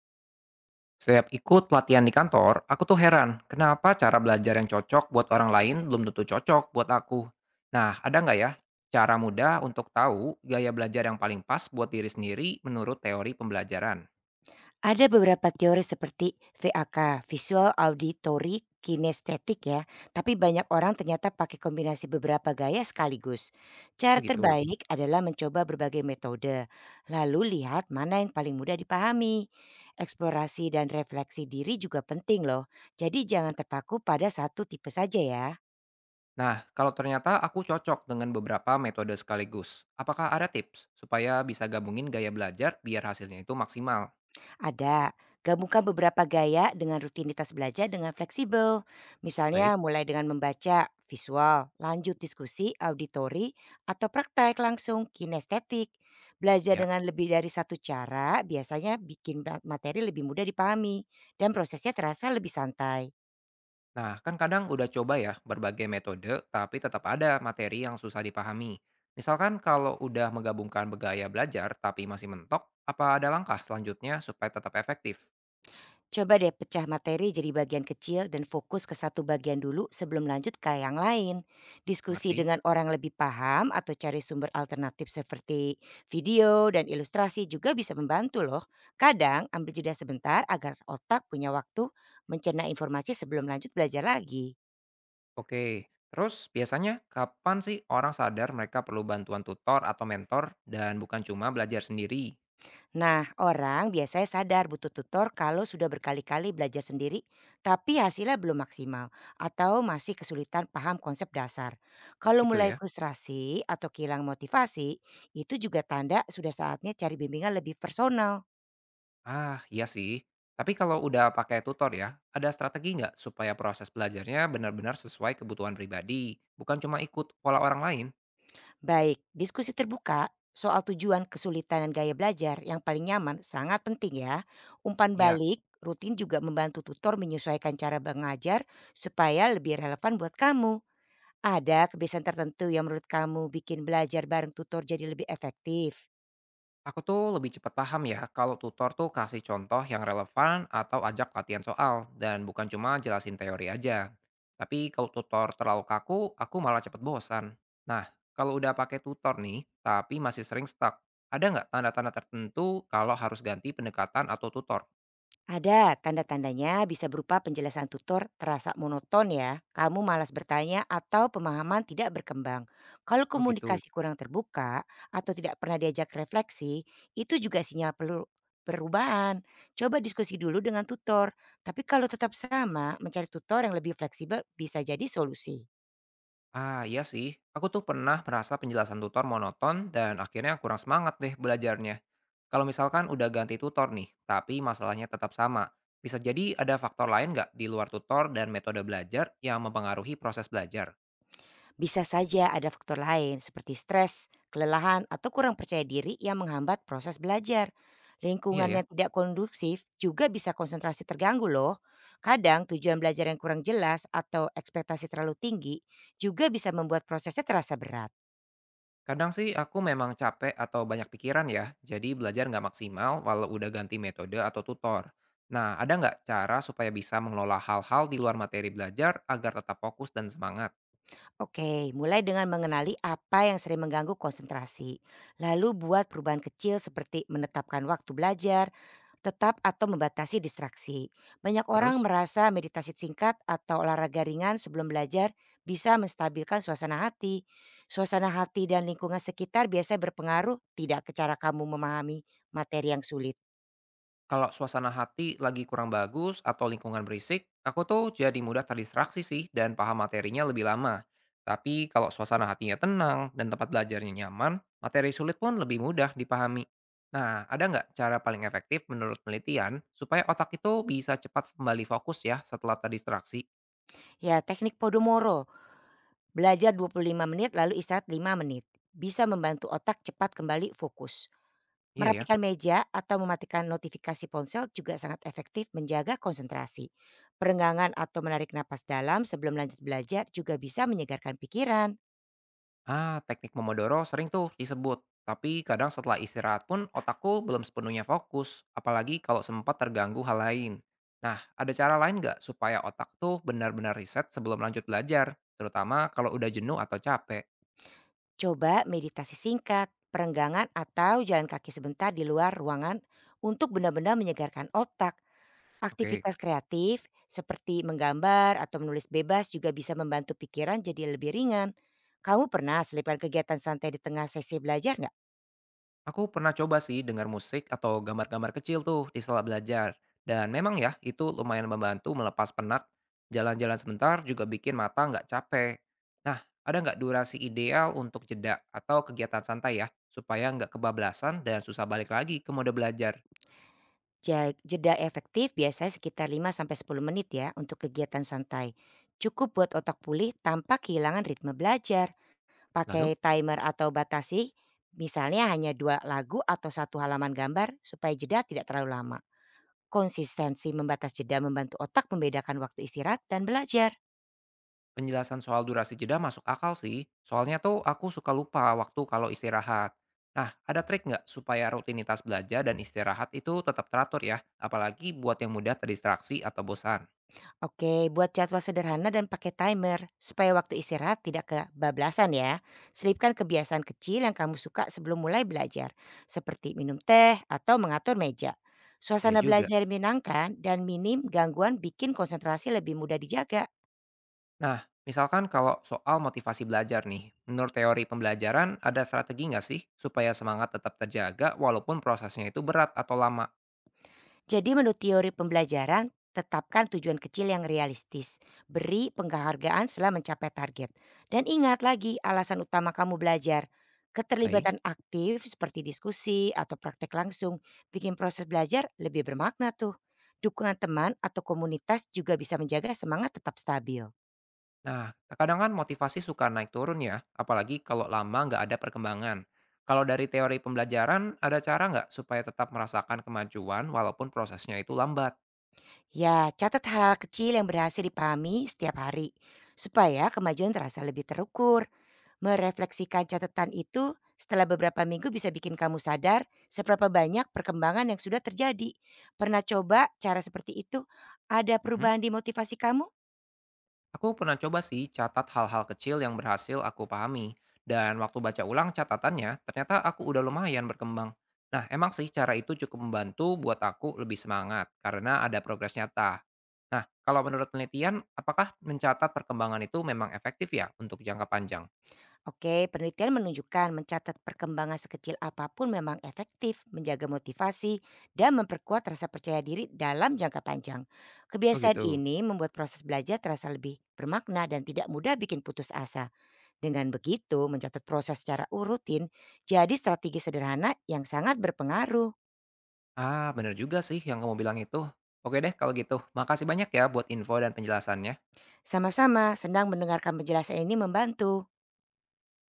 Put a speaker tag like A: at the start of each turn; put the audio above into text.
A: Setiap ikut pelatihan di kantor, aku tuh heran kenapa cara belajar yang cocok buat orang lain belum tentu cocok buat aku. Nah, ada nggak ya cara mudah untuk tahu gaya belajar yang paling pas buat diri sendiri menurut teori pembelajaran?
B: Ada beberapa teori seperti VAK, visual auditory kinestetik ya, tapi banyak orang ternyata pakai kombinasi beberapa gaya sekaligus.
A: Oh
B: Cara
A: gitu.
B: terbaik adalah mencoba berbagai metode, lalu lihat mana yang paling mudah dipahami. Eksplorasi dan refleksi diri juga penting loh, jadi jangan terpaku pada satu tipe saja ya.
A: Nah, kalau ternyata aku cocok dengan beberapa metode sekaligus, apakah ada tips supaya bisa gabungin gaya belajar biar hasilnya itu maksimal?
B: Ada. Gabungkan beberapa gaya dengan rutinitas belajar dengan fleksibel. Misalnya
A: Baik,
B: mulai dengan membaca, visual, lanjut diskusi, auditori, atau praktek langsung kinestetik. Belajar
A: ya.
B: dengan lebih dari satu cara biasanya bikin materi lebih mudah dipahami dan prosesnya terasa lebih santai.
A: Nah, kan kadang udah coba ya berbagai metode, tapi tetap ada materi yang susah dipahami. Misalkan kalau udah menggabungkan bergaya belajar tapi masih mentok, apa ada langkah selanjutnya supaya tetap efektif?
B: Coba deh pecah materi jadi bagian kecil dan fokus ke satu bagian dulu sebelum lanjut ke yang lain. Diskusi
A: Mengerti?
B: dengan orang lebih paham atau cari sumber alternatif seperti video dan ilustrasi juga bisa membantu loh. Kadang ambil jeda sebentar agar otak punya waktu mencerna informasi sebelum lanjut belajar lagi.
A: Oke. Terus biasanya kapan sih orang sadar mereka perlu bantuan tutor atau mentor dan bukan cuma belajar sendiri?
B: Nah, orang biasanya sadar butuh tutor kalau sudah berkali-kali belajar sendiri, tapi hasilnya belum maksimal atau masih kesulitan paham konsep dasar. Kalau
A: Itu
B: mulai
A: ya.
B: frustrasi atau kehilangan motivasi, itu juga tanda sudah saatnya cari bimbingan lebih personal.
A: Ah, iya sih. Tapi kalau udah pakai tutor ya, ada strategi nggak supaya proses belajarnya benar-benar sesuai kebutuhan pribadi, bukan cuma ikut pola orang lain?
B: Baik, diskusi terbuka soal tujuan kesulitan dan gaya belajar yang paling nyaman sangat penting ya. Umpan
A: Ya,
B: balik rutin juga membantu tutor menyesuaikan cara mengajar supaya lebih relevan buat kamu. Ada kebiasaan tertentu yang menurut kamu bikin belajar bareng tutor jadi lebih efektif?
A: aku tuh lebih cepat paham ya kalau tutor tuh kasih contoh yang relevan atau ajak latihan soal dan bukan cuma jelasin teori aja. Tapi kalau tutor terlalu kaku, aku malah cepet bosan. Nah, kalau udah pakai tutor nih, tapi masih sering stuck, ada nggak tanda-tanda tertentu kalau harus ganti pendekatan atau tutor?
B: Ada tanda-tandanya bisa berupa penjelasan tutor terasa monoton ya, kamu malas bertanya atau pemahaman tidak berkembang. Kalau
A: Oh gitu.
B: komunikasi kurang terbuka atau tidak pernah diajak refleksi, itu juga sinyal perlu perubahan. Coba diskusi dulu dengan tutor, tapi kalau tetap sama, mencari tutor yang lebih fleksibel bisa jadi solusi.
A: Ah, iya sih. Aku tuh pernah merasa penjelasan tutor monoton dan akhirnya kurang semangat deh belajarnya. Kalau misalkan udah ganti tutor nih, tapi masalahnya tetap sama. Bisa jadi ada faktor lain nggak di luar tutor dan metode belajar yang mempengaruhi proses belajar?
B: Bisa saja ada faktor lain seperti stres, kelelahan, atau kurang percaya diri yang menghambat proses belajar.
A: Iya
B: Lingkungan
A: ya.
B: yang tidak kondusif juga bisa konsentrasi terganggu loh. Kadang tujuan belajar yang kurang jelas atau ekspektasi terlalu tinggi juga bisa membuat prosesnya terasa berat.
A: Kadang sih aku memang capek atau banyak pikiran ya, jadi belajar nggak maksimal walau udah ganti metode atau tutor. Nah, ada nggak cara supaya bisa mengelola hal-hal di luar materi belajar agar tetap fokus dan semangat?
B: Oke, mulai dengan mengenali apa yang sering mengganggu konsentrasi. Lalu buat perubahan kecil seperti menetapkan waktu belajar tetap atau membatasi distraksi. Banyak orang
A: Terus?
B: merasa meditasi singkat atau olahraga ringan sebelum belajar bisa menstabilkan suasana hati. Suasana hati dan lingkungan sekitar biasa berpengaruh tidak ke cara kamu memahami materi yang sulit.
A: Kalau suasana hati lagi kurang bagus atau lingkungan berisik, aku tuh jadi mudah terdistraksi sih dan paham materinya lebih lama. Tapi kalau suasana hatinya tenang dan tempat belajarnya nyaman, materi sulit pun lebih mudah dipahami. Nah, ada nggak cara paling efektif menurut penelitian supaya otak itu bisa cepat kembali fokus ya setelah terdistraksi?
B: Ya, teknik Podomoro, belajar 25 menit lalu istirahat 5 menit. Bisa membantu otak cepat kembali fokus.
A: Iya ya.
B: Merapikan meja atau mematikan notifikasi ponsel juga sangat efektif menjaga konsentrasi. Perenggangan atau menarik napas dalam sebelum lanjut belajar juga bisa menyegarkan pikiran.
A: Ah, teknik Pomodoro sering tuh disebut, tapi kadang setelah istirahat pun otakku belum sepenuhnya fokus, apalagi kalau sempat terganggu hal lain. Nah, ada cara lain nggak supaya otak tuh benar-benar riset sebelum lanjut belajar, terutama kalau udah jenuh atau capek?
B: Coba meditasi singkat, perenggangan atau jalan kaki sebentar di luar ruangan untuk benar-benar menyegarkan otak.
A: Oke.
B: Aktivitas kreatif seperti menggambar atau menulis bebas juga bisa membantu pikiran jadi lebih ringan. Kamu pernah selipkan kegiatan santai di tengah sesi belajar nggak?
A: Aku pernah coba sih dengar musik atau gambar-gambar kecil tuh di sela belajar. Dan memang ya, itu lumayan membantu melepas penat. Jalan-jalan sebentar juga bikin mata nggak capek. Nah, ada nggak durasi ideal untuk jeda atau kegiatan santai ya, supaya nggak kebablasan dan susah balik lagi ke mode belajar?
B: Jeda efektif biasanya sekitar 5 sampai 10 menit ya untuk kegiatan santai. Cukup buat otak pulih tanpa kehilangan ritme belajar.
A: Lalu?
B: Pakai timer atau batasi, misalnya hanya dua lagu atau satu halaman gambar supaya jeda tidak terlalu lama. Konsistensi membatas jeda membantu otak membedakan waktu istirahat dan belajar.
A: Penjelasan soal durasi jeda masuk akal sih, soalnya tuh aku suka lupa waktu kalau istirahat. Nah, ada trik nggak supaya rutinitas belajar dan istirahat itu tetap teratur ya, apalagi buat yang mudah terdistraksi atau bosan?
B: Oke, buat jadwal sederhana dan pakai timer supaya waktu istirahat tidak kebablasan ya. Selipkan kebiasaan kecil yang kamu suka sebelum mulai belajar, seperti minum teh atau mengatur meja.
A: Iya
B: Suasana
A: juga.
B: belajar menyenangkan dan minim gangguan bikin konsentrasi lebih mudah dijaga.
A: Nah, misalkan kalau soal motivasi belajar nih, menurut teori pembelajaran ada strategi nggak sih supaya semangat tetap terjaga walaupun prosesnya itu berat atau lama?
B: Jadi menurut teori pembelajaran, tetapkan tujuan kecil yang realistis. Beri penghargaan setelah mencapai target. Dan ingat lagi alasan utama kamu belajar.
A: Baik.
B: Keterlibatan aktif seperti diskusi atau praktek langsung bikin proses belajar lebih bermakna tuh. Dukungan teman atau komunitas juga bisa menjaga semangat tetap stabil.
A: Nah, terkadang kan motivasi suka naik turun ya, apalagi kalau lama nggak ada perkembangan. Kalau dari teori pembelajaran, ada cara nggak supaya tetap merasakan kemajuan walaupun prosesnya itu lambat?
B: Ya, catat hal kecil yang berhasil dipahami setiap hari, supaya kemajuan terasa lebih terukur. Merefleksikan catatan itu setelah beberapa minggu bisa bikin kamu sadar seberapa banyak perkembangan yang sudah terjadi. Pernah coba cara seperti itu? Ada
A: Mhm.
B: perubahan di motivasi kamu?
A: Aku pernah coba sih catat hal-hal kecil yang berhasil aku pahami. Dan waktu baca ulang catatannya, ternyata aku udah lumayan berkembang. Nah, emang sih cara itu cukup membantu buat aku lebih semangat karena ada progres nyata. Nah, kalau menurut penelitian, apakah mencatat perkembangan itu memang efektif ya untuk jangka panjang?
B: Oke, penelitian menunjukkan mencatat perkembangan sekecil apapun memang efektif menjaga motivasi dan memperkuat rasa percaya diri dalam jangka panjang.
A: Oh
B: Kebiasaan
A: gitu.
B: ini membuat proses belajar terasa lebih bermakna dan tidak mudah bikin putus asa. Dengan begitu, mencatat proses secara rutin jadi strategi sederhana yang sangat berpengaruh.
A: Ah, bener juga sih yang kamu bilang itu. Oke deh kalau gitu, makasih banyak ya buat info dan penjelasannya.
B: Sama-sama, senang mendengarkan penjelasan ini membantu.